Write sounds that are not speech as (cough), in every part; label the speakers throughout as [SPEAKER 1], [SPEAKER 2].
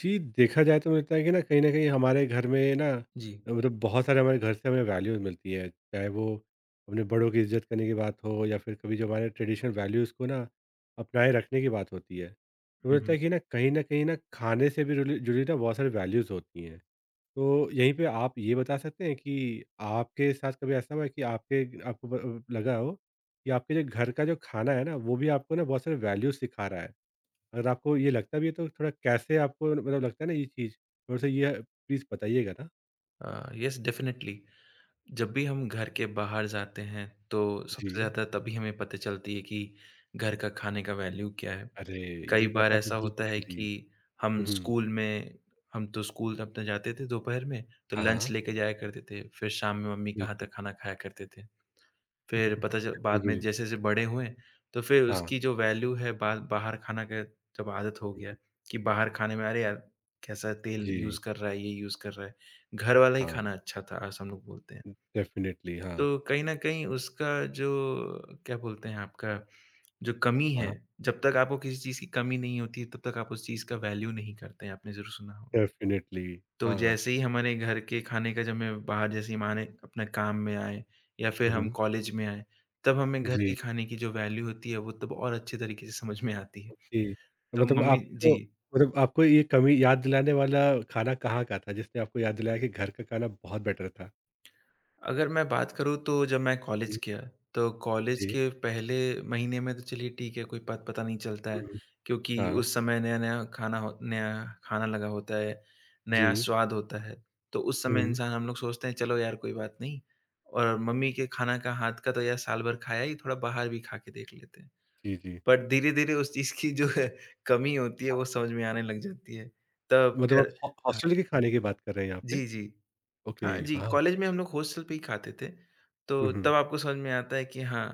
[SPEAKER 1] जी, देखा जाए तो मुझे लगता है कि ना कहीं न कहीं हमारे घर में ना
[SPEAKER 2] जी।
[SPEAKER 1] मतलब बहुत सारे हमारे घर से हमें वैल्यूज़ मिलती है। चाहे वो अपने बड़ों की इज़्ज़त करने की बात हो या फिर कभी जो हमारे ट्रेडिशनल वैल्यूज़ को ना अपनाए रखने की बात होती है। तो मुझे
[SPEAKER 2] हुँ,
[SPEAKER 1] लगता
[SPEAKER 2] हुँ।
[SPEAKER 1] है कि ना कहीं न कहीं ना खाने से भी रुली जुड़ी ना बहुत सारी वैल्यूज़ होती हैं। तो यहीं पे आप ये बता सकते हैं कि आपके साथ कभी ऐसा हुआ है कि आपके आपको लगा हो कि आपके जो घर का जो खाना है ना वो भी आपको ना बहुत सारे वैल्यूज़ सिखा रहा है? अगर आपको ये लगता भी है तो थोड़ा कैसे आपको मतलब लगता है ना ये चीज़, थोड़ा-सा ये प्लीज़ बताइएगा ना?
[SPEAKER 2] Yes definitely. जब भी हम घर के बाहर जाते हैं, तो
[SPEAKER 1] जी।
[SPEAKER 2] सबसे ज़्यादा तभी हमें पता चलती है कि घर का खाने का वैल्यू क्या है।
[SPEAKER 1] अरे!
[SPEAKER 2] कई
[SPEAKER 1] ये बात
[SPEAKER 2] बार
[SPEAKER 1] तो आपने
[SPEAKER 2] ऐसा होता
[SPEAKER 1] बिल्कुल,
[SPEAKER 2] है
[SPEAKER 1] मुझे बिल्कुल। भी
[SPEAKER 2] कि हम
[SPEAKER 1] दी। हुँ।
[SPEAKER 2] स्कूल में हम तो स्कूल अपने जाते थे दोपहर में, तो
[SPEAKER 1] हाँ,
[SPEAKER 2] लंच
[SPEAKER 1] हाँ।
[SPEAKER 2] लेके जाया करते थे, फिर शाम में मम्मी का हाथ का
[SPEAKER 1] बिल्कुल।
[SPEAKER 2] खाना खाया करते थे। फिर
[SPEAKER 1] (laughs)
[SPEAKER 2] पता चल बाद में
[SPEAKER 1] बिल्कुल।
[SPEAKER 2] जैसे-जैसे बड़े हुए, तो फिर
[SPEAKER 1] हाँ।
[SPEAKER 2] उसकी जो वैल्यू है बा बाहर खाना का जब आदत हो गया कि बाहर खाने में अरे यार! कैसा तेल
[SPEAKER 1] जी।
[SPEAKER 2] यूज़ कर रहा है, ये यूज़ कर रहा है। घर वाला ही
[SPEAKER 1] हाँ।
[SPEAKER 2] खाना अच्छा था ऐसा हम लोग बोलते हैं।
[SPEAKER 1] डेफ़िनिटली हाँ।
[SPEAKER 2] तो कहीं न कहीं उसका जो क्या बोलते हैं आपका जो कमी है,
[SPEAKER 1] हाँ।
[SPEAKER 2] जब तक आपको किसी चीज़ की कमी नहीं होती है, तब तक आप उस चीज़ का वैल्यू नहीं करते हैं, आपने ज़रूर सुना होगा।
[SPEAKER 1] डेफ़िनिटली।
[SPEAKER 2] तो
[SPEAKER 1] हाँ।
[SPEAKER 2] जैसे ही हमारे घर के खाने का जब मैं बाहर जैसे ही माने अपने काम में आए या फिर हम
[SPEAKER 1] हुँ।
[SPEAKER 2] कॉलेज में आए, तब हमें घर
[SPEAKER 1] जी।
[SPEAKER 2] के खाने की जो वैल्यू होती है, वो तब और अच्छे तरीके से समझ में आती है।
[SPEAKER 1] ओके। तो
[SPEAKER 2] तो
[SPEAKER 1] मतलब
[SPEAKER 2] मम्मी
[SPEAKER 1] आपको
[SPEAKER 2] जी।
[SPEAKER 1] मतलब आपको ये कमी याद दिलाने वाला खाना कहाँ का था जिसने आपको याद दिलाया कि घर का खाना बहुत बेटर था?
[SPEAKER 2] अगर मैं बात करूँ तो जब मैं कॉलेज
[SPEAKER 1] हुँ।
[SPEAKER 2] किया, तो कॉलेज
[SPEAKER 1] जी।
[SPEAKER 2] के पहले महीने में तो चलिए ठीक है, कोई पत पता नहीं चलता है,
[SPEAKER 1] हुँ।
[SPEAKER 2] क्योंकि
[SPEAKER 1] हाँ।
[SPEAKER 2] उस समय नया-नया खाना हो नया खाना लगा होता है, नया
[SPEAKER 1] जी।
[SPEAKER 2] स्वाद होता है। तो उस समय
[SPEAKER 1] हुँ।
[SPEAKER 2] इंसान हम लोग सोचते हैं चलो यार कोई बात नहीं और मम्मी के खाना का हाथ का तो यार साल भर खाया ही, थोड़ा बाहर भी खा के देख लेते हैं।
[SPEAKER 1] जी, जी।
[SPEAKER 2] बट धीरे-धीरे उस चीज़ की जो है कमी होती है वो समझ में आने लग जाती है। तब
[SPEAKER 1] मतलब आप
[SPEAKER 2] घर
[SPEAKER 1] हॉ
[SPEAKER 2] हाँ।
[SPEAKER 1] हॉस्टल के खाने की बात कर रहे हैं यहाँ पे?
[SPEAKER 2] जी, जी।
[SPEAKER 1] ओके,
[SPEAKER 2] हाँ जी,
[SPEAKER 1] हाँ,
[SPEAKER 2] कॉलेज में
[SPEAKER 1] बताइए।
[SPEAKER 2] हम लोग हॉस्टल पे ही खाते थे,
[SPEAKER 1] हुँ,
[SPEAKER 2] तो
[SPEAKER 1] हुँ,
[SPEAKER 2] तब आपको समझ में आता है कि हाँ,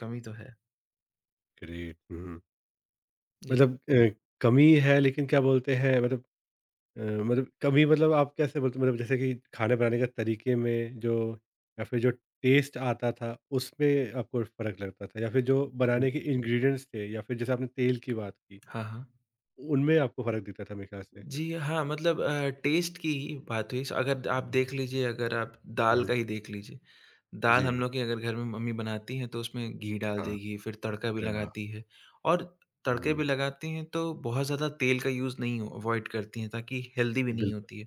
[SPEAKER 2] कमी तो है।
[SPEAKER 1] ग्रेट। हुँ, हुँ।
[SPEAKER 2] जी,
[SPEAKER 1] मतलब कमी है लेकिन क्या बोलते हैं मतलब मतलब कमी मतलब आप कैसे बोलते हैं मतलब जैसे कि खाना बनाने के तरीके में जो या फिर जो टेस्ट आता था, उसमें आपको फ़र्क लगता था? या फिर जो
[SPEAKER 2] जी।
[SPEAKER 1] बनाने के इंग्रीडिएंट्स थे या फिर जैसे आपने तेल की बात की,
[SPEAKER 2] हाँ, हाँ।
[SPEAKER 1] उनमें आपको फ़र्क दिखता था मेरे ख़्याल से?
[SPEAKER 2] जी, हाँ, मतलब टेस्ट की ही बात हुई। अगर आप देख लीजिए, अगर आप दाल
[SPEAKER 1] हुँ,
[SPEAKER 2] का ही देख लीजिए। दाल
[SPEAKER 1] जी।
[SPEAKER 2] हम लोग के अगर घर में मम्मी बनाती हैं, तो उसमें घी डाल
[SPEAKER 1] हाँ,
[SPEAKER 2] देगी, फिर तड़का भी
[SPEAKER 1] अरे वाह!
[SPEAKER 2] लगाती है और तड़के भी
[SPEAKER 1] हुँ,
[SPEAKER 2] लगाती हैं, तो बहुत ज़्यादा तेल का यूज़ नहीं हो अवॉइड करती हैं, ताकि हेल्दी भी नहीं
[SPEAKER 1] बिल्कुल।
[SPEAKER 2] होती है।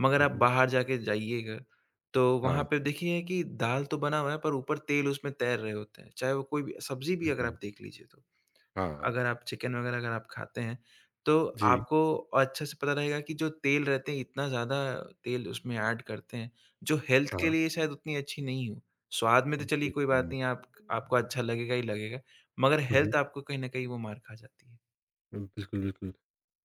[SPEAKER 2] मगर
[SPEAKER 1] हुँ,
[SPEAKER 2] आप
[SPEAKER 1] हुँ।
[SPEAKER 2] बाहर जाके जाइएगा, तो
[SPEAKER 1] हाँ,
[SPEAKER 2] वहाँ पे देखिए कि दाल तो बना हुआ है पर ऊपर तेल उसमें तैर रहे होते हैं, चाहे वो कोई भी सब्ज़ी भी अगर
[SPEAKER 1] बिल्कुल।
[SPEAKER 2] आप देख लीजिए तो।
[SPEAKER 1] हाँ,
[SPEAKER 2] अगर आप चिकन वगैरह अगर आप खाते हैं, तो
[SPEAKER 1] जी।
[SPEAKER 2] आपको अच्छे से पता रहेगा कि जो तेल रहते हैं इतना ज़्यादा तेल उसमें ऐड करते हैं, जो हेल्थ के
[SPEAKER 1] हाँ,
[SPEAKER 2] लिए शायद उतनी अच्छी नहीं हो। स्वाद में तो चलिए कोई बात
[SPEAKER 1] बिल्कुल।
[SPEAKER 2] नहीं आप आपको अच्छा लगेगा ही लगेगा, मगर
[SPEAKER 1] हुँ, हुँ।
[SPEAKER 2] हेल्थ आपको कहीं न कहीं वो मार खा जाती है।
[SPEAKER 1] बिल्कुल, बिल्कुल।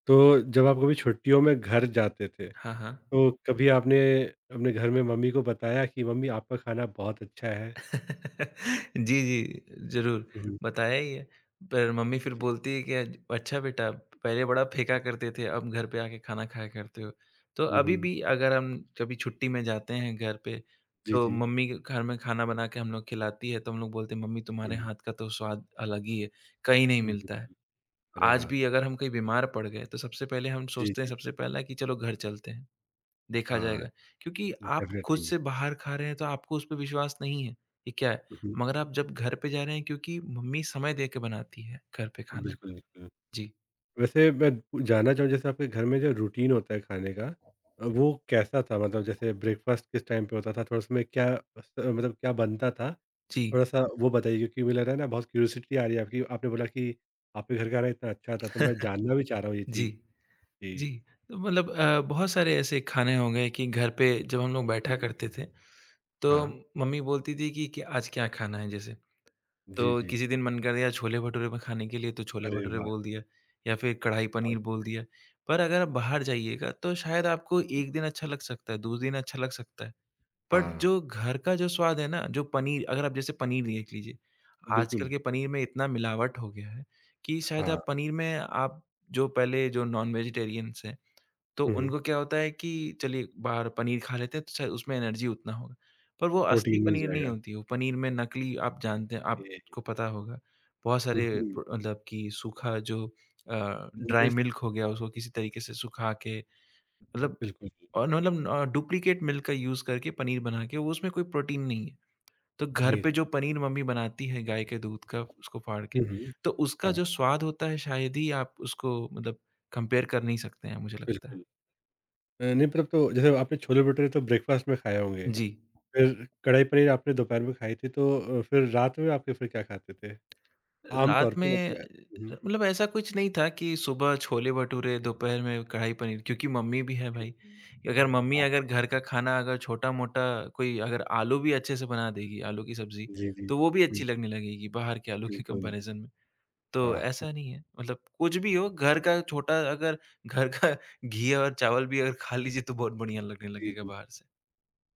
[SPEAKER 1] तो जब आप कभी छुट्टियों में घर जाते थे,
[SPEAKER 2] हाँ, हाँ।
[SPEAKER 1] तो कभी आपने अपने घर में मम्मी को बताया कि मम्मी आपका खाना बहुत अच्छा है?
[SPEAKER 2] (laughs) जी, जी, ज़रूर,
[SPEAKER 1] हुँ, हुँ।
[SPEAKER 2] बताया ही है। पर मम्मी फिर
[SPEAKER 1] जी।
[SPEAKER 2] बोलती है कि अज अच्छा बेटा, पहले बड़ा फेंका करते थे, अब घर पे आके खाना खाया करते हो। तो
[SPEAKER 1] हुँ,
[SPEAKER 2] अभी
[SPEAKER 1] हुँ।
[SPEAKER 2] भी अगर हम कभी छुट्टी में जाते हैं घर पे,
[SPEAKER 1] जी,
[SPEAKER 2] तो
[SPEAKER 1] जी।
[SPEAKER 2] मम्मी के घर में खाना बना के हम लोग खिलाती है, तो हम लोग बोलते हैं, "मम्मी तुम्हारे
[SPEAKER 1] हुँ।
[SPEAKER 2] हाथ का तो स्वाद अलग ही है, कहीं नहीं मिलता है।"
[SPEAKER 1] अरे
[SPEAKER 2] आज
[SPEAKER 1] वाह!
[SPEAKER 2] भी अगर हम कहीं बीमार पड़ गए, तो सबसे पहले हम
[SPEAKER 1] जी,
[SPEAKER 2] सोचते हैं
[SPEAKER 1] जी।
[SPEAKER 2] सबसे पहला कि चलो घर चलते हैं। देखा
[SPEAKER 1] हाँ,
[SPEAKER 2] जाएगा। क्योंकि आप खुद
[SPEAKER 1] डेफ़िनेटली।
[SPEAKER 2] से बाहर खा रहे हैं तो आपको उस पे विश्वास नहीं है, ये क्या है?
[SPEAKER 1] हुँ, हुँ।
[SPEAKER 2] मगर आप जब घर पे जा रहे हैं क्योंकि मम्मी समय दे के बनाती है घर पे खाना।
[SPEAKER 1] बिल्कुल, बिल्कुल।
[SPEAKER 2] जी,
[SPEAKER 1] वैसे मैं जानना चाहूँ जैसे आपके घर में जो रूटीन होता है खाने का वो कैसा था? मतलब जैसे ब्रेकफ़ास्ट किस टाइम पे होता था? थोड़ा उसमें क्या स मतलब क्या बनता था?
[SPEAKER 2] जी,
[SPEAKER 1] थोड़ा-सा वो बताइए क्योंकि मुझे लग रहा है ना बहुत क्यूरियोसिटी आ रही है आपकी आपने बोला कि आपके घर का खाना इतना अच्छा था तो मैं
[SPEAKER 2] (laughs)
[SPEAKER 1] जानना भी चाह रहा हूँ ये
[SPEAKER 2] जी,
[SPEAKER 1] चीज़। जी।
[SPEAKER 2] जी। तो मतलब बहुत सारे ऐसे खाने हो गए कि घर पे जब हम लोग बैठा
[SPEAKER 1] हुँ।
[SPEAKER 2] करते थे तो
[SPEAKER 1] हाँ।
[SPEAKER 2] मम्मी बोलती थी कि आज क्या खाना है जैसे।
[SPEAKER 1] जी,
[SPEAKER 2] तो
[SPEAKER 1] जी।
[SPEAKER 2] किसी दिन मन कर गया छोले-भटूरे में खाने के लिए तो
[SPEAKER 1] अरे
[SPEAKER 2] छोले-भटूरे
[SPEAKER 1] वाह!
[SPEAKER 2] बोल दिया या फिर कढ़ाई
[SPEAKER 1] और
[SPEAKER 2] पनीर बोल दिया। पर अगर आप बाहर जाइएगा तो शायद आपको 1 दिन अच्छा लग सकता है, 2 दिन अच्छा लग सकता है। बट
[SPEAKER 1] हाँ,
[SPEAKER 2] जो घर का जो स्वाद है ना, जो पनीर अगर आप जैसे पनीर देख लीजिए, आजकल
[SPEAKER 1] बिल्कुल।
[SPEAKER 2] के पनीर में इतना मिलावट हो गया है कि शायद
[SPEAKER 1] हाँ।
[SPEAKER 2] आप पनीर में आप जो पहले जो नॉन वेजिटेरियंस हैं, तो
[SPEAKER 1] हुँ, हुँ।
[SPEAKER 2] उनको क्या होता है कि चलिए बाहर पनीर खा लेते हैं तो शायद उसमें एनर्जी उतना होगा। पर वो असली
[SPEAKER 1] प्रोटीन मिल
[SPEAKER 2] पनीर नहीं
[SPEAKER 1] जाएगा।
[SPEAKER 2] होती, वो पनीर में नकली आप जानते हैं
[SPEAKER 1] ओके।
[SPEAKER 2] आपको पता होगा, बहुत
[SPEAKER 1] हुँ,
[SPEAKER 2] सारे
[SPEAKER 1] हुँ।
[SPEAKER 2] प्र मतलब कि सूखा जो ड्राई
[SPEAKER 1] जैस
[SPEAKER 2] मिल्क हो गया उसको किसी तरीके से सुखा के मतलब
[SPEAKER 1] बिल्कुल।
[SPEAKER 2] और न मतलब डुप्लीकेट मिल्क का यूज़ करके पनीर बना के वो उसमें कोई प्रोटीन नहीं है। तो घर
[SPEAKER 1] जी,
[SPEAKER 2] पे जो
[SPEAKER 1] जी।
[SPEAKER 2] पनीर मम्मी बनाती है गाय के दूध का उसको फाड़ के,
[SPEAKER 1] हुँ, हुँ।
[SPEAKER 2] तो उसका
[SPEAKER 1] हाँ,
[SPEAKER 2] जो स्वाद होता है शायद ही आप उसको मतलब कंपेयर कर नहीं सकते हैं मुझे लगता है।
[SPEAKER 1] बिल्कुल। नहीं मतलब तो जैसे आपने छोले-भटूरे तो ब्रेकफ़ास्ट में खाए होंगे,
[SPEAKER 2] जी।
[SPEAKER 1] फिर कढ़ाई पनीर आपने दोपहर में खाई थी तो फिर रात में आपके फिर क्या खाते थे? आम तौर
[SPEAKER 2] रात
[SPEAKER 1] पे
[SPEAKER 2] में
[SPEAKER 1] मतलब हुँ,
[SPEAKER 2] मतलब ऐसा कुछ नहीं था कि सुबह छोले-भटूरे, दोपहर में कढ़ाई पनीर क्योंकि मम्मी भी है
[SPEAKER 1] जी,
[SPEAKER 2] भाई। अगर मम्मी
[SPEAKER 1] हाँ,
[SPEAKER 2] अगर घर का खाना अगर छोटा-मोटा कोई अगर आलू भी अच्छे से बना देगी, आलू की सब्ज़ी,
[SPEAKER 1] जी, जी।
[SPEAKER 2] तो वो भी
[SPEAKER 1] हुँ,
[SPEAKER 2] अच्छी लगने लगेगी बाहर के आलू के (laughs)
[SPEAKER 1] बिल्कुल,
[SPEAKER 2] कंपैरिज़न में। तो
[SPEAKER 1] हाँ,
[SPEAKER 2] ऐसा नहीं है, मतलब कुछ भी हो घर का छोटा अगर घर का घी और चावल भी अगर खा लीजिए तो बहुत बढ़िया लगने
[SPEAKER 1] जी,
[SPEAKER 2] लगेगा
[SPEAKER 1] जी।
[SPEAKER 2] बाहर से।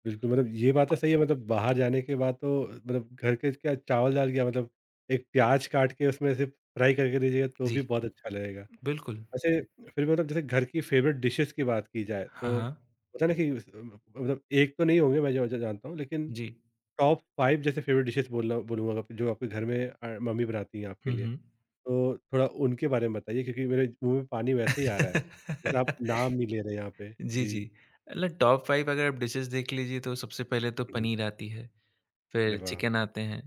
[SPEAKER 1] बिल्कुल, मतलब ये बात तो सही है मतलब बाहर जाने के बाद तो मतलब घर के क्या चावल-दाल क्या मतलब एक प्याज़ काट के उसमें से फ्राई करके दीजिएगा तो
[SPEAKER 2] जी।
[SPEAKER 1] भी बहुत अच्छा लगेगा।
[SPEAKER 2] बिल्कुल।
[SPEAKER 1] वैसे फिर भी मतलब जैसे घर की फ़ेवरेट डिशेज़ की बात की जाए
[SPEAKER 2] हाँ,
[SPEAKER 1] तो
[SPEAKER 2] हाँ।
[SPEAKER 1] होता है ना कि मतलब एक तो नहीं होंगे मैं जो जो जानता हूँ लेकिन
[SPEAKER 2] जी।
[SPEAKER 1] टॉप 5 जैसे फेवरेट डिशेज़ बोला बोलूँगा आप जो आपके घर में मम्मी बनाती हैं आपके
[SPEAKER 2] हुँ,
[SPEAKER 1] लिए।
[SPEAKER 2] हुँ।
[SPEAKER 1] तो थोड़ा उनके बारे में बताइए क्योंकि मेरे मुँह में पानी वैसे ही आ रहा है। जैसे आप
[SPEAKER 2] (laughs)
[SPEAKER 1] नाम नहीं ले रहे यहाँ पे।
[SPEAKER 2] जी,
[SPEAKER 1] जी।
[SPEAKER 2] जी। मतलब टॉप 5 अगर आप डिशेज़ देख लीजिए तो सबसे पहले तो
[SPEAKER 1] हुँ, हुँ।
[SPEAKER 2] पनीर आती है,
[SPEAKER 1] अरे
[SPEAKER 2] फिर
[SPEAKER 1] वाह!
[SPEAKER 2] चिकन आते हैं,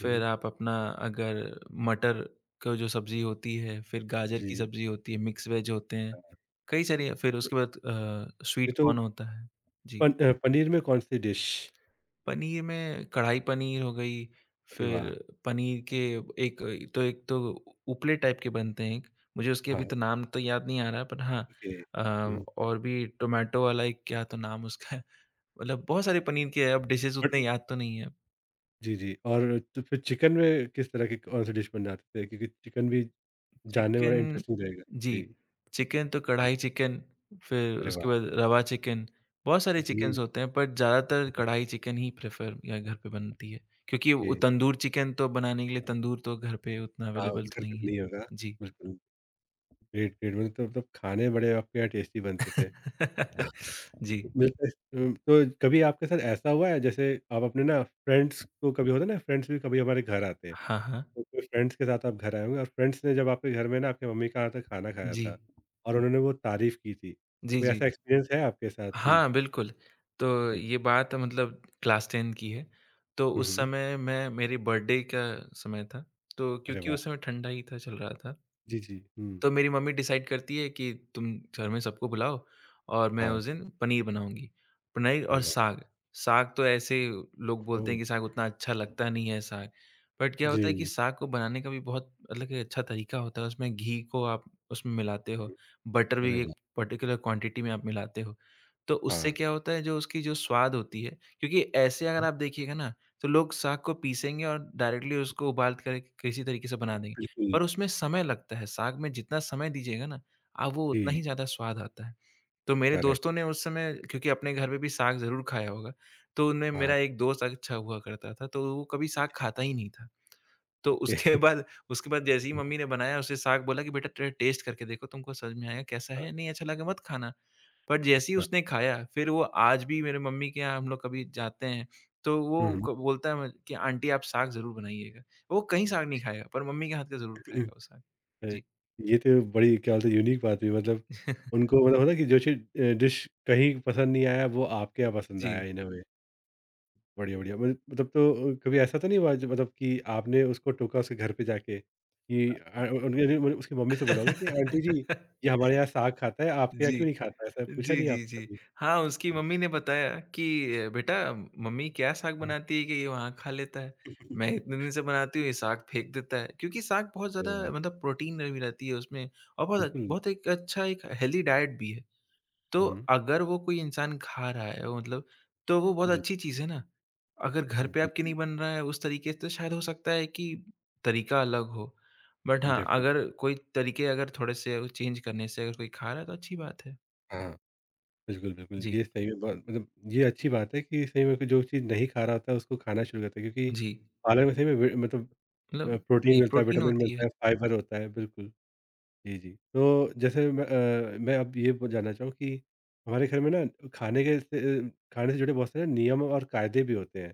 [SPEAKER 1] हुँ,
[SPEAKER 2] फिर
[SPEAKER 1] हुँ।
[SPEAKER 2] आप अपना अगर मटर का जो सब्ज़ी होती है, फिर गाजर की
[SPEAKER 1] जी।
[SPEAKER 2] सब्ज़ी होती है, मिक्स वेज होते हैं, कई सारी फिर
[SPEAKER 1] तो
[SPEAKER 2] उसके बाद
[SPEAKER 1] ये
[SPEAKER 2] स्वीट
[SPEAKER 1] तो
[SPEAKER 2] कॉर्न होता है। जी।
[SPEAKER 1] पनीर में कौन-सी डिश?
[SPEAKER 2] पनीर में कढ़ाई पनीर हो गई,
[SPEAKER 1] अरे
[SPEAKER 2] फिर
[SPEAKER 1] वाह!
[SPEAKER 2] पनीर के एक एक तो उपले टाइप के बनते हैं एक, मुझे उसके अभी
[SPEAKER 1] हाँ,
[SPEAKER 2] तो नाम तो याद नहीं आ रहा है, पर हाँ
[SPEAKER 1] ओके।
[SPEAKER 2] अ,
[SPEAKER 1] हुँ, हुँ।
[SPEAKER 2] और भी टोमेटो वाला एक क्या तो नाम उसका है, मतलब बहुत सारे पनीर के अब डिशेज़
[SPEAKER 1] बट
[SPEAKER 2] उतने याद तो नहीं है।
[SPEAKER 1] जी, जी और तो फिर चिकन में किस तरह की कौन-सी डिश बनाते थे? क्योंकि चिकन भी जानने में बड़ा
[SPEAKER 2] चिकन
[SPEAKER 1] इंटरेस्टिंग रहेगा।
[SPEAKER 2] जी,
[SPEAKER 1] जी।
[SPEAKER 2] चिकन तो
[SPEAKER 1] हुँ,
[SPEAKER 2] कढ़ाई चिकन, फिर
[SPEAKER 1] अरे
[SPEAKER 2] उसके
[SPEAKER 1] वाह!
[SPEAKER 2] बाद रवा चिकन, बहुत सारे
[SPEAKER 1] जी।
[SPEAKER 2] चिकन्स होते हैं, बट ज़्यादातर
[SPEAKER 1] हुँ,
[SPEAKER 2] कढ़ाई चिकन ही प्रेफ़र या घर पे बनती है। क्योंकि
[SPEAKER 1] ओके।
[SPEAKER 2] वो तंदूर चिकन तो बनाने के लिए तंदूर तो घर पे उतना
[SPEAKER 1] हाँ,
[SPEAKER 2] अवेलेबल तो
[SPEAKER 1] घर पे
[SPEAKER 2] नहीं
[SPEAKER 1] तो
[SPEAKER 2] है।
[SPEAKER 1] नहीं होगा।
[SPEAKER 2] जी।
[SPEAKER 1] बिल्कुल। ग्रेट मतलब तो मतलब खाने बड़े आपके यहाँ टेस्टी बनते थे।
[SPEAKER 2] (laughs) जी।
[SPEAKER 1] मिलते तो कभी आपके साथ ऐसा हुआ है जैसे आप अपने ना फ्रेंड्स को कभी होता है ना फ्रेंड्स भी कभी हमारे घर आते हैं।
[SPEAKER 2] हाँ, हाँ।
[SPEAKER 1] तो कोई फ्रेंड्स के साथ आप घर आए होंगे और फ्रेंड्स ने जब आपके घर में ना आपकी मम्मी का हाथ का खाना खाया
[SPEAKER 2] जी।
[SPEAKER 1] था और उन्होंने वो तारीफ़ की थी।
[SPEAKER 2] जी,
[SPEAKER 1] कोई
[SPEAKER 2] जी।
[SPEAKER 1] ऐसा एक्सपीरियंस है आपके साथ भी?
[SPEAKER 2] हाँ, बिल्कुल। तो
[SPEAKER 1] जी।
[SPEAKER 2] ये बात मतलब क्लास 10 की है, तो
[SPEAKER 1] हुँ,
[SPEAKER 2] उस
[SPEAKER 1] हुँ।
[SPEAKER 2] समय मैं मेरे बर्थडे का समय था, तो
[SPEAKER 1] अरे
[SPEAKER 2] क्योंकि
[SPEAKER 1] वाह!
[SPEAKER 2] उस समय ठंडा ही था, चल रहा था।
[SPEAKER 1] जी, जी। हुँ।
[SPEAKER 2] तो मेरी मम्मी डिसाइड करती है कि तुम घर में सबको बुलाओ और मैं
[SPEAKER 1] हाँ।
[SPEAKER 2] उस दिन पनीर बनाऊँगी। पनीर
[SPEAKER 1] अरे
[SPEAKER 2] और
[SPEAKER 1] वाह!
[SPEAKER 2] साग, साग तो ऐसे लोग बोलते
[SPEAKER 1] ओह!
[SPEAKER 2] हैं कि साग उतना अच्छा लगता नहीं है साग। बट क्या होता
[SPEAKER 1] जी,
[SPEAKER 2] है कि
[SPEAKER 1] जी।
[SPEAKER 2] साग को बनाने का भी बहुत मतलब कि अच्छा तरीका होता है, उसमें घी को आप उसमें मिलाते हो,
[SPEAKER 1] हुँ,
[SPEAKER 2] बटर
[SPEAKER 1] अरे
[SPEAKER 2] भी
[SPEAKER 1] वाह!
[SPEAKER 2] एक पर्टिकुलर क्वांटिटी में आप मिलाते हो। तो उससे
[SPEAKER 1] हाँ।
[SPEAKER 2] क्या होता है जो उसकी जो स्वाद होती है क्योंकि ऐसे अगर
[SPEAKER 1] हुँ,
[SPEAKER 2] आप देखिएगा ना, तो लोग साग को पीसेंगे और डायरेक्टली उसको उबाल कर किसी तरीके से बना देंगे।
[SPEAKER 1] बिल्कुल।
[SPEAKER 2] पर उसमें समय लगता है, साग में जितना समय दीजिएगा ना, आप वो उतना
[SPEAKER 1] जी,
[SPEAKER 2] ही ज़्यादा स्वाद आता है। तो मेरे
[SPEAKER 1] करेक्ट।
[SPEAKER 2] दोस्तों ने उस समय क्योंकि अपने घर में भी साग ज़रूर खाया होगा, तो उनमें
[SPEAKER 1] हाँ,
[SPEAKER 2] मेरा एक दोस्त अच्छा हुआ करता था, तो वो कभी साग खाता ही नहीं था। तो
[SPEAKER 1] ओके।
[SPEAKER 2] उसके (laughs) बाद उसके बाद जैसे ही
[SPEAKER 1] (laughs)
[SPEAKER 2] मम्मी ने बनाया, उसे साग बोला कि, "बेटा टे टेस्ट करके देखो, तुमको समझ में आएगा कैसा है
[SPEAKER 1] हाँ,
[SPEAKER 2] या नहीं अच्छा लगा मत खाना।" पर जैसे ही
[SPEAKER 1] अच्छा।
[SPEAKER 2] उसने खाया फिर वो आज भी मेरे मम्मी के यहाँ हम लोग कभी जाते हैं तो वो
[SPEAKER 1] हुँ, हुँ।
[SPEAKER 2] क बोलता है म कि आंटी आप साग ज़रूर बनाइएगा। वो कहीं साग नहीं खाएगा पर मम्मी के हाथ का ज़रूर
[SPEAKER 1] (laughs)
[SPEAKER 2] खाएगा वो साग।
[SPEAKER 1] अरे!
[SPEAKER 2] जी।
[SPEAKER 1] ये तो बड़ी क्या बोलते हैं यूनिक बात हुई मतलब
[SPEAKER 2] (laughs)
[SPEAKER 1] उनको मतलब होता है कि जो चीज़ डिश कहीं पसंद नहीं आया वो आपके यहाँ पसंद
[SPEAKER 2] जी।
[SPEAKER 1] आया इन अ वे। बढ़िया मत मतलब तो कभी ऐसा तो नहीं हुआ जो मतलब कि आपने उसको टोका उसके घर पे जाके कि उनके लिए मतलब उसकी मम्मी से बोला होगा कि आंटी
[SPEAKER 2] (laughs)
[SPEAKER 1] जी ये हमारे यहाँ साग खाता है, आपके यहाँ
[SPEAKER 2] जी।
[SPEAKER 1] क्यों नहीं खाता? ऐसा पूछा
[SPEAKER 2] जी,
[SPEAKER 1] नहीं
[SPEAKER 2] जी,
[SPEAKER 1] आपने
[SPEAKER 2] जी।
[SPEAKER 1] कभी?
[SPEAKER 2] हाँ, उसकी
[SPEAKER 1] हुँ,
[SPEAKER 2] मम्मी ने बताया कि बेटा मम्मी क्या साग
[SPEAKER 1] हुँ।
[SPEAKER 2] बनाती है कि ये वहाँ खा लेता है। मैं इतने दिन से बनाती हूँ ये साग फेंक देता है। क्योंकि साग बहुत
[SPEAKER 1] अरे
[SPEAKER 2] ज़्यादा
[SPEAKER 1] वाह!
[SPEAKER 2] मतलब प्रोटीन भी रहती है उसमें और बहुत
[SPEAKER 1] बिल्कुल।
[SPEAKER 2] बहुत एक अच्छा एक हेल्दी डाइट भी है।
[SPEAKER 1] हुँ,
[SPEAKER 2] तो
[SPEAKER 1] हुँ।
[SPEAKER 2] अगर वो कोई इंसान खा रहा है वो मतलब तो वो बहुत
[SPEAKER 1] जी,
[SPEAKER 2] अच्छी चीज़ है ना। अगर घर पे आपके
[SPEAKER 1] बिल्कुल।
[SPEAKER 2] नहीं बन रहा है उस तरीके से तो शायद हो सकता है कि तरीका अलग हो। बट हाँ, अगर
[SPEAKER 1] डेफ़िनिटली।
[SPEAKER 2] कोई तरीके अगर थोड़े से चेंज करने से अगर कोई खा रहा है तो अच्छी बात है।
[SPEAKER 1] हाँ। बिल्कुल, बिल्कुल।
[SPEAKER 2] जी,
[SPEAKER 1] ये सही में बहुत मतलब ये अच्छी बात है कि सही में जो चीज़ नहीं खा रहा होता है उसको खाना शुरू करते हैं क्योंकि
[SPEAKER 2] जी।
[SPEAKER 1] पालक में सही में वि मतलब
[SPEAKER 2] मतलब
[SPEAKER 1] प्रोटीन
[SPEAKER 2] जी,
[SPEAKER 1] मिलता है,
[SPEAKER 2] प्रोटीन
[SPEAKER 1] विटामिन
[SPEAKER 2] होती है।
[SPEAKER 1] मिलता है, फाइबर होता है, बिल्कुल। जी, जी। तो जैसे मैं अब ये ब जानना चाहूँ कि हमारे घर में ना खाने से जुड़े बहुत सारे नियम और कायदे भी होते हैं।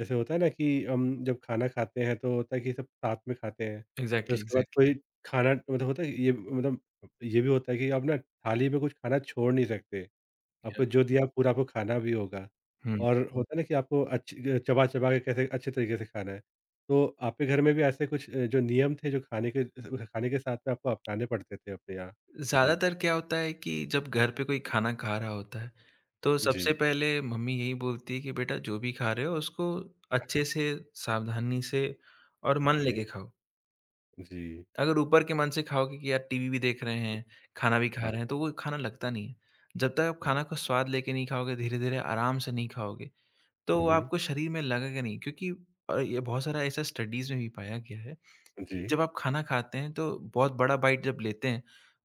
[SPEAKER 1] जैसे होता है ना कि हम जब खाना खाते हैं तो होता है कि सब साथ में खाते हैं। फिर
[SPEAKER 2] एग्ज़ैक्टली,
[SPEAKER 1] उसके बाद
[SPEAKER 2] एग्ज़ैक्टली।
[SPEAKER 1] कोई खाना मतलब होता है ये मतलब ये भी होता है कि आप ना थाली में कुछ खाना छोड़ नहीं सकते।
[SPEAKER 2] या
[SPEAKER 1] आपको जो दिया पूरा आपको खाना भी होगा
[SPEAKER 2] हुँ।
[SPEAKER 1] और हुँ। होता है ना कि आपको अच्छी चबा-चबा के कैसे अच्छे तरीके से खाना है। तो आपके घर में भी ऐसे कुछ जो नियम थे जो खाने के साथ में आपको अपनाने पड़ते थे अपने यहाँ? जी।
[SPEAKER 2] ज़्यादातर क्या होता है कि जब घर पे कोई खाना खा रहा होता है, तो
[SPEAKER 1] जी।
[SPEAKER 2] सबसे पहले मम्मी यही बोलती है कि बेटा जो भी खा रहे हो उसको
[SPEAKER 1] हाँ,
[SPEAKER 2] अच्छे
[SPEAKER 1] हाँ।
[SPEAKER 2] से, सावधानी से और मन
[SPEAKER 1] ओके।
[SPEAKER 2] लेके खाओ।
[SPEAKER 1] जी।
[SPEAKER 2] अगर ऊपर के मन से खाओगे कि यार टीवी भी देख रहे हैं, खाना भी खा
[SPEAKER 1] हाँ।
[SPEAKER 2] रहे हैं, तो वो खाना लगता नहीं है। जब तक आप खाना का स्वाद लेके नहीं खाओगे, धीरे-धीरे आराम से नहीं खाओगे, तो
[SPEAKER 1] हुँ,
[SPEAKER 2] वो
[SPEAKER 1] हुँ।
[SPEAKER 2] आपको शरीर में लगेगा नहीं, क्योंकि ये बहुत सारा ऐसा स्टडीज़ में भी पाया गया है कि
[SPEAKER 1] जी।
[SPEAKER 2] जब आप खाना खाते हैं तो बहुत बड़ा बाइट जब लेते हैं,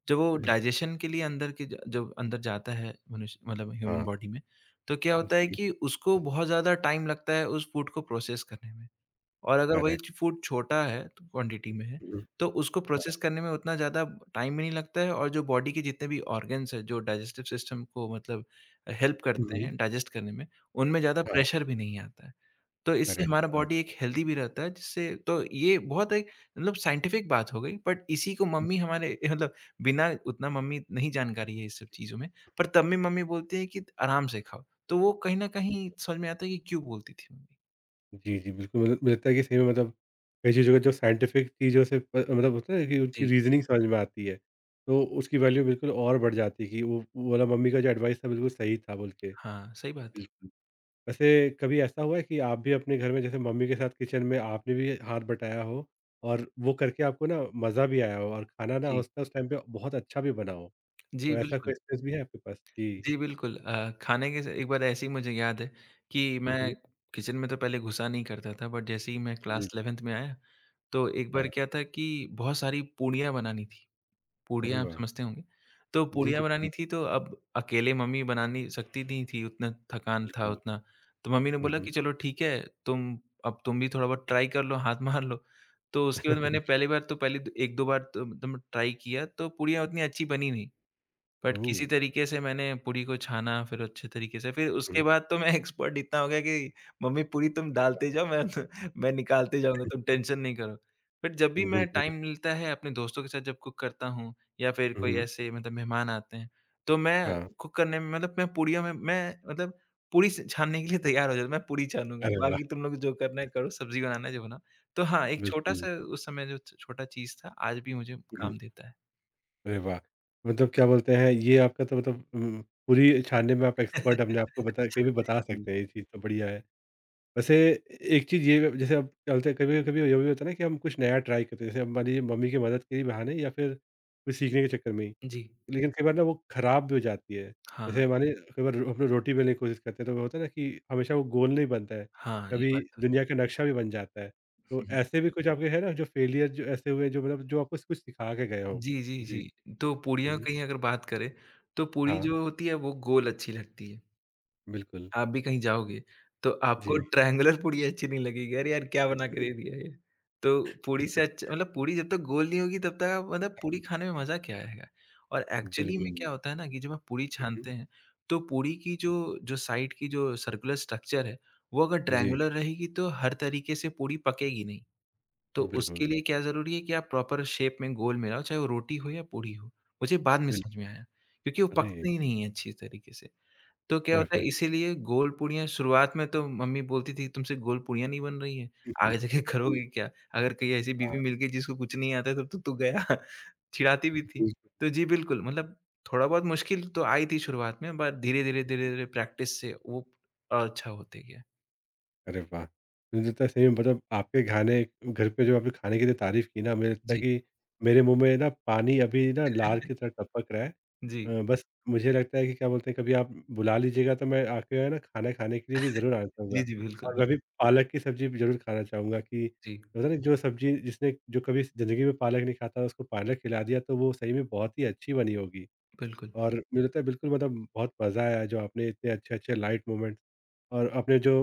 [SPEAKER 2] जब वो
[SPEAKER 1] बिल्कुल।
[SPEAKER 2] डाइजेशन के लिए अंदर के ज जब अंदर जाता है मनुष्य मतलब ह्यूमन
[SPEAKER 1] हाँ।
[SPEAKER 2] बॉडी में, तो क्या होता है
[SPEAKER 1] जी।
[SPEAKER 2] कि उसको बहुत ज़्यादा टाइम लगता है उस फूड को प्रोसेस करने में। और अगर वही च
[SPEAKER 1] करेक्ट।
[SPEAKER 2] फूड छोटा है तो क्वांटिटी में है,
[SPEAKER 1] हुँ,
[SPEAKER 2] तो उसको
[SPEAKER 1] हाँ।
[SPEAKER 2] प्रोसेस करने में उतना ज़्यादा टाइम भी नहीं लगता है, और जो बॉडी के जितने भी ऑर्गन्स हैं, जो डाइजेस्टिव सिस्टम को मतलब हेल्प
[SPEAKER 1] हुँ,
[SPEAKER 2] करते
[SPEAKER 1] हुँ।
[SPEAKER 2] हैं डाइजेस्ट करने में, उनमें ज़्यादा
[SPEAKER 1] हाँ,
[SPEAKER 2] प्रेशर भी नहीं आता है। तो इससे
[SPEAKER 1] करेक्ट।
[SPEAKER 2] हमारा
[SPEAKER 1] हाँ।
[SPEAKER 2] बॉडी एक हेल्दी भी रहता है, जिससे तो ये बहुत एक मतलब साइंटिफिक बात हो गई, बट इसी को मम्मी हमारे (laughs) मतलब बिना उतना मम्मी नहीं जानकारी है इस सब चीज़ों में, पर तब भी मम्मी बोलती है कि आराम से खाओ, तो वो कहीं न कहीं समझ में आता है कि क्यों बोलती थी मम्मी।
[SPEAKER 1] जी, जी, बिल्कुल, मतलब मुझे लगता है कि सही में मतलब कई चीज़ों का जो साइंटिफिक चीज़ों से प मतलब होता है ना कि उनकी
[SPEAKER 2] जी,
[SPEAKER 1] रीज़निंग समझ में आती है, तो उसकी वैल्यू बिल्कुल और बढ़ जाती है कि वो वाला मम्मी का जो एडवाइस था बिल्कुल सही था बोल के।
[SPEAKER 2] हाँ, सही बात है।
[SPEAKER 1] बिल्कुल। वैसे कभी ऐसा हुआ है कि आप भी अपने घर में जैसे मम्मी के साथ किचन में आपने भी हाथ बटाया हो और वो करके आपको ना मज़ा भी आया हो और खाना ना हो
[SPEAKER 2] जी,
[SPEAKER 1] सकता है उस टाइम पे बहुत अच्छा भी बना हो? तो
[SPEAKER 2] जी
[SPEAKER 1] ऐसा कोई
[SPEAKER 2] बिल्कुल।
[SPEAKER 1] एक्सपीरियंस भी है आपके पास? जी।
[SPEAKER 2] जी बिल्कुल। खाने के स एक बार ऐसे ही मुझे याद है कि
[SPEAKER 1] हुँ,
[SPEAKER 2] मैं
[SPEAKER 1] हुँ।
[SPEAKER 2] किचन में तो पहले घुसा नहीं करता था, बट जैसे ही मैं
[SPEAKER 1] जी,
[SPEAKER 2] क्लास
[SPEAKER 1] जी।
[SPEAKER 2] 11th में आया, तो एक बार
[SPEAKER 1] हाँ,
[SPEAKER 2] क्या था कि बहुत सारी पूड़ियाँ बनानी थी।
[SPEAKER 1] अरे
[SPEAKER 2] पूड़ियाँ आप
[SPEAKER 1] वाह!
[SPEAKER 2] समझते होंगे। तो
[SPEAKER 1] जी,
[SPEAKER 2] पूड़ियाँ
[SPEAKER 1] जी,
[SPEAKER 2] बनानी थी, तो अब अकेले मम्मी बनानी सकती नहीं थी, उतना थकान था
[SPEAKER 1] बिल्कुल।
[SPEAKER 2] उतना। तो मम्मी ने
[SPEAKER 1] हुँ,
[SPEAKER 2] बोला
[SPEAKER 1] हुँ।
[SPEAKER 2] कि चलो ठीक है, तुम अब तुम भी थोड़ा बहुत ट्राई कर लो, हाथ मार लो। तो उसके बाद
[SPEAKER 1] हुँ।
[SPEAKER 2] मैंने
[SPEAKER 1] (laughs)
[SPEAKER 2] पहली बार तो पहली 1-2 बार तो मतलब ट्राई किया, तो पूड़ियाँ उतनी अच्छी बनी नहीं। But
[SPEAKER 1] oh!
[SPEAKER 2] किसी तरीके से मैंने पूरी को छाना फिर अच्छे तरीके से, फिर उसके बाद तो मैं (laughs) एक्सपर्ट इतना हो गया कि मम्मी, पूरी तुम डालते जाओ, मैं निकालते जाऊँगा, तुम टेंशन नहीं करो। बट जब भी मैं
[SPEAKER 1] बिल्कुल।
[SPEAKER 2] टाइम मिलता है अपने दोस्तों के साथ जब कुक करता हूँ, या फिर कोई
[SPEAKER 1] हुँ,
[SPEAKER 2] ऐसे मतलब मेहमान आते हैं, तो मैं
[SPEAKER 1] हाँ।
[SPEAKER 2] कुक करने में मतलब मैं पूरियों में मैं मतलब पूरी स छानने के लिए तैयार हो जाता हूँ। मैं पूरी छानूँगा,
[SPEAKER 1] अरे वाह!
[SPEAKER 2] बाकी तुम लोग जो करना है करो, सब्ज़ी बनाना है जो बनाओ। तो हाँ, एक
[SPEAKER 1] बिल्कुल।
[SPEAKER 2] छोटा-सा उस समय जो छ छोटा चीज़ था, आज भी मुझे
[SPEAKER 1] हुँ,
[SPEAKER 2] काम देता है।
[SPEAKER 1] अरे वाह! मतलब क्या बोलते हैं ये आपका तो मतलब पूरी छानने में आप एक्सपर्ट अपने आप
[SPEAKER 2] (laughs)
[SPEAKER 1] को बता कहीं भी बता
[SPEAKER 2] जी।
[SPEAKER 1] सकते हैं ये चीज़ तो बढ़िया है। वैसे एक चीज़ ये जैसे अब क्या बोलते हैं कभी-कभी ये भी होता है ना कि हम कुछ नया ट्राई करते हैं। जैसे अब मान लीजिए मम्मी की मदद के ही बहाने या फिर कुछ सीखने के चक्कर में ही।
[SPEAKER 2] जी।
[SPEAKER 1] लेकिन कई बार ना वो खराब भी हो जाती है।
[SPEAKER 2] हाँ,
[SPEAKER 1] जैसे मानिए कई बार हम लोग रोटी बेलने की कोशिश करते हैं तो वो होता है ना कि हमेशा वो गोल नहीं बनता है,
[SPEAKER 2] हाँ, ये
[SPEAKER 1] कभी
[SPEAKER 2] बात तो
[SPEAKER 1] दुनिया का नक्शा भी बन जाता है। तो
[SPEAKER 2] है। (laughs)
[SPEAKER 1] ऐसे भी कुछ आपके है ना जो फेलियर जो ऐसे हुए जो मतलब जो आपको कुछ सिखा के गए हों?
[SPEAKER 2] जी, जी,
[SPEAKER 1] जी।
[SPEAKER 2] जी। तो पूड़ियों
[SPEAKER 1] हुँ।
[SPEAKER 2] की ही अगर बात करें, तो पूड़ी
[SPEAKER 1] हाँ,
[SPEAKER 2] जो होती है वो गोल अच्छी लगती है।
[SPEAKER 1] बिल्कुल।
[SPEAKER 2] आप भी कहीं जाओगे, तो आपको
[SPEAKER 1] जी।
[SPEAKER 2] ट्रायंगुलर पूड़ी अच्छी नहीं लगेगी, अरे यार, क्या बना के दे
[SPEAKER 1] (laughs)
[SPEAKER 2] दिया ये। तो पूड़ी से अच्छा मतलब पूड़ी जब तक गोल नहीं होगी, तब तक आप मतलब पूड़ी खाने में मज़ा क्या आएगा? और एक्चुअली में
[SPEAKER 1] बिल्कुल।
[SPEAKER 2] क्या होता है ना कि जब आप पूड़ी
[SPEAKER 1] हुँ, हुँ।
[SPEAKER 2] छानते हैं, तो पूड़ी की जो जो साइड की जो सर्कुलर स्ट्रक्चर है, वो अगर
[SPEAKER 1] जी,
[SPEAKER 2] ट्रायंगुलर रहेगी, तो हर तरीके से पूड़ी पकेगी नहीं। तो उसके
[SPEAKER 1] बिल्कुल।
[SPEAKER 2] लिए क्या ज़रूरी है कि आप प्रॉपर शेप में, गोल में लाओ, चाहे वो रोटी हो या पूड़ी हो। मुझे बाद में
[SPEAKER 1] बिल
[SPEAKER 2] समझ में आया, क्योंकि वो
[SPEAKER 1] अरे!
[SPEAKER 2] पकते ही नहीं है अच्छी तरीके से। तो क्या होता है,
[SPEAKER 1] डेफिनेटली।
[SPEAKER 2] इसीलिए गोल पूड़ियाँ शुरुआत में तो मम्मी बोलती थी, तुमसे गोल पूड़ियाँ नहीं बन रही हैं, आगे जाके (laughs)
[SPEAKER 1] (laughs) जी,
[SPEAKER 2] करोगी क्या? अगर कहीं ऐसी
[SPEAKER 1] हाँ।
[SPEAKER 2] बीवी मिल गई जिसको कुछ नहीं आता है, तब तो तू गया। (laughs) चिढ़ाती भी थी। तो जी बिल्कुल, मतलब थोड़ा बहुत मुश्किल तो आई थी शुरुआत में, बट धीरे-धीरे, धीरे-धीरे प्रैक्टिस से वो और अच्छा होते गया।
[SPEAKER 1] अरे वाह! मुझे लगता है सही में मतलब आपके खाने घर पे जो आपने खाने की जो तारीफ़ की ना, मुझे लगता है
[SPEAKER 2] जी।
[SPEAKER 1] कि मेरे मुँह में ना पानी अभी ना लार की
[SPEAKER 2] (laughs)
[SPEAKER 1] तरह टपक रहा है।
[SPEAKER 2] जी।
[SPEAKER 1] बस मुझे लगता है कि क्या बोलते हैं कभी आप बुला लीजिएगा तो मैं आके है ना खाना खाने के लिए भी ज़रूर आना
[SPEAKER 2] जी,
[SPEAKER 1] चाहूँगा।
[SPEAKER 2] जी, बिल्कुल,
[SPEAKER 1] और मैं
[SPEAKER 2] बिल्कुल।
[SPEAKER 1] भी पालक की सब्ज़ी भी ज़रूर खाना चाहूँगा कि
[SPEAKER 2] जी,
[SPEAKER 1] पता नहीं जो सब्ज़ी जिसने जो कभी ज़िंदगी में पालक नहीं खाता उसको पालक खिला दिया तो वो सही में बहुत ही अच्छी बनी होगी।
[SPEAKER 2] बिल्कुल।
[SPEAKER 1] और मुझे लगता है बिल्कुल मतलब बहुत मज़ा आया जो आपने इतने अच्छे-अच्छे लाइट मोमेंट्स और आपने जो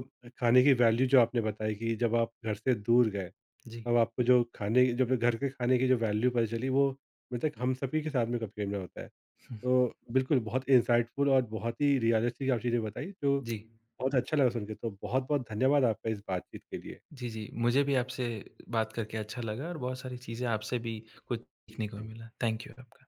[SPEAKER 1] खाने की वैल्यू जो आपने बताई कि जब आप घर से दूर गए,
[SPEAKER 2] जी।
[SPEAKER 1] तब आपको जो खाने जब घर के खाने की जो वैल्यू पता चली वो मतलब हम सभी के साथ में कभी-कभी ना होता है।
[SPEAKER 2] हुँ।
[SPEAKER 1] तो बिल्कुल बहुत इंसाइटफुल और बहुत ही रियलिस्टिक आप चीज़ें बताई, जो
[SPEAKER 2] जी,
[SPEAKER 1] बहुत अच्छा लगा सुन के। तो बहुत-बहुत धन्यवाद आपका इस बातचीत के लिए।
[SPEAKER 2] जी, जी। मुझे भी आपसे बात करके अच्छा लगा और बहुत सारी चीज़ें आपसे भी कुछ सीखने को
[SPEAKER 1] जी।
[SPEAKER 2] मिला। थैंक यू आपका।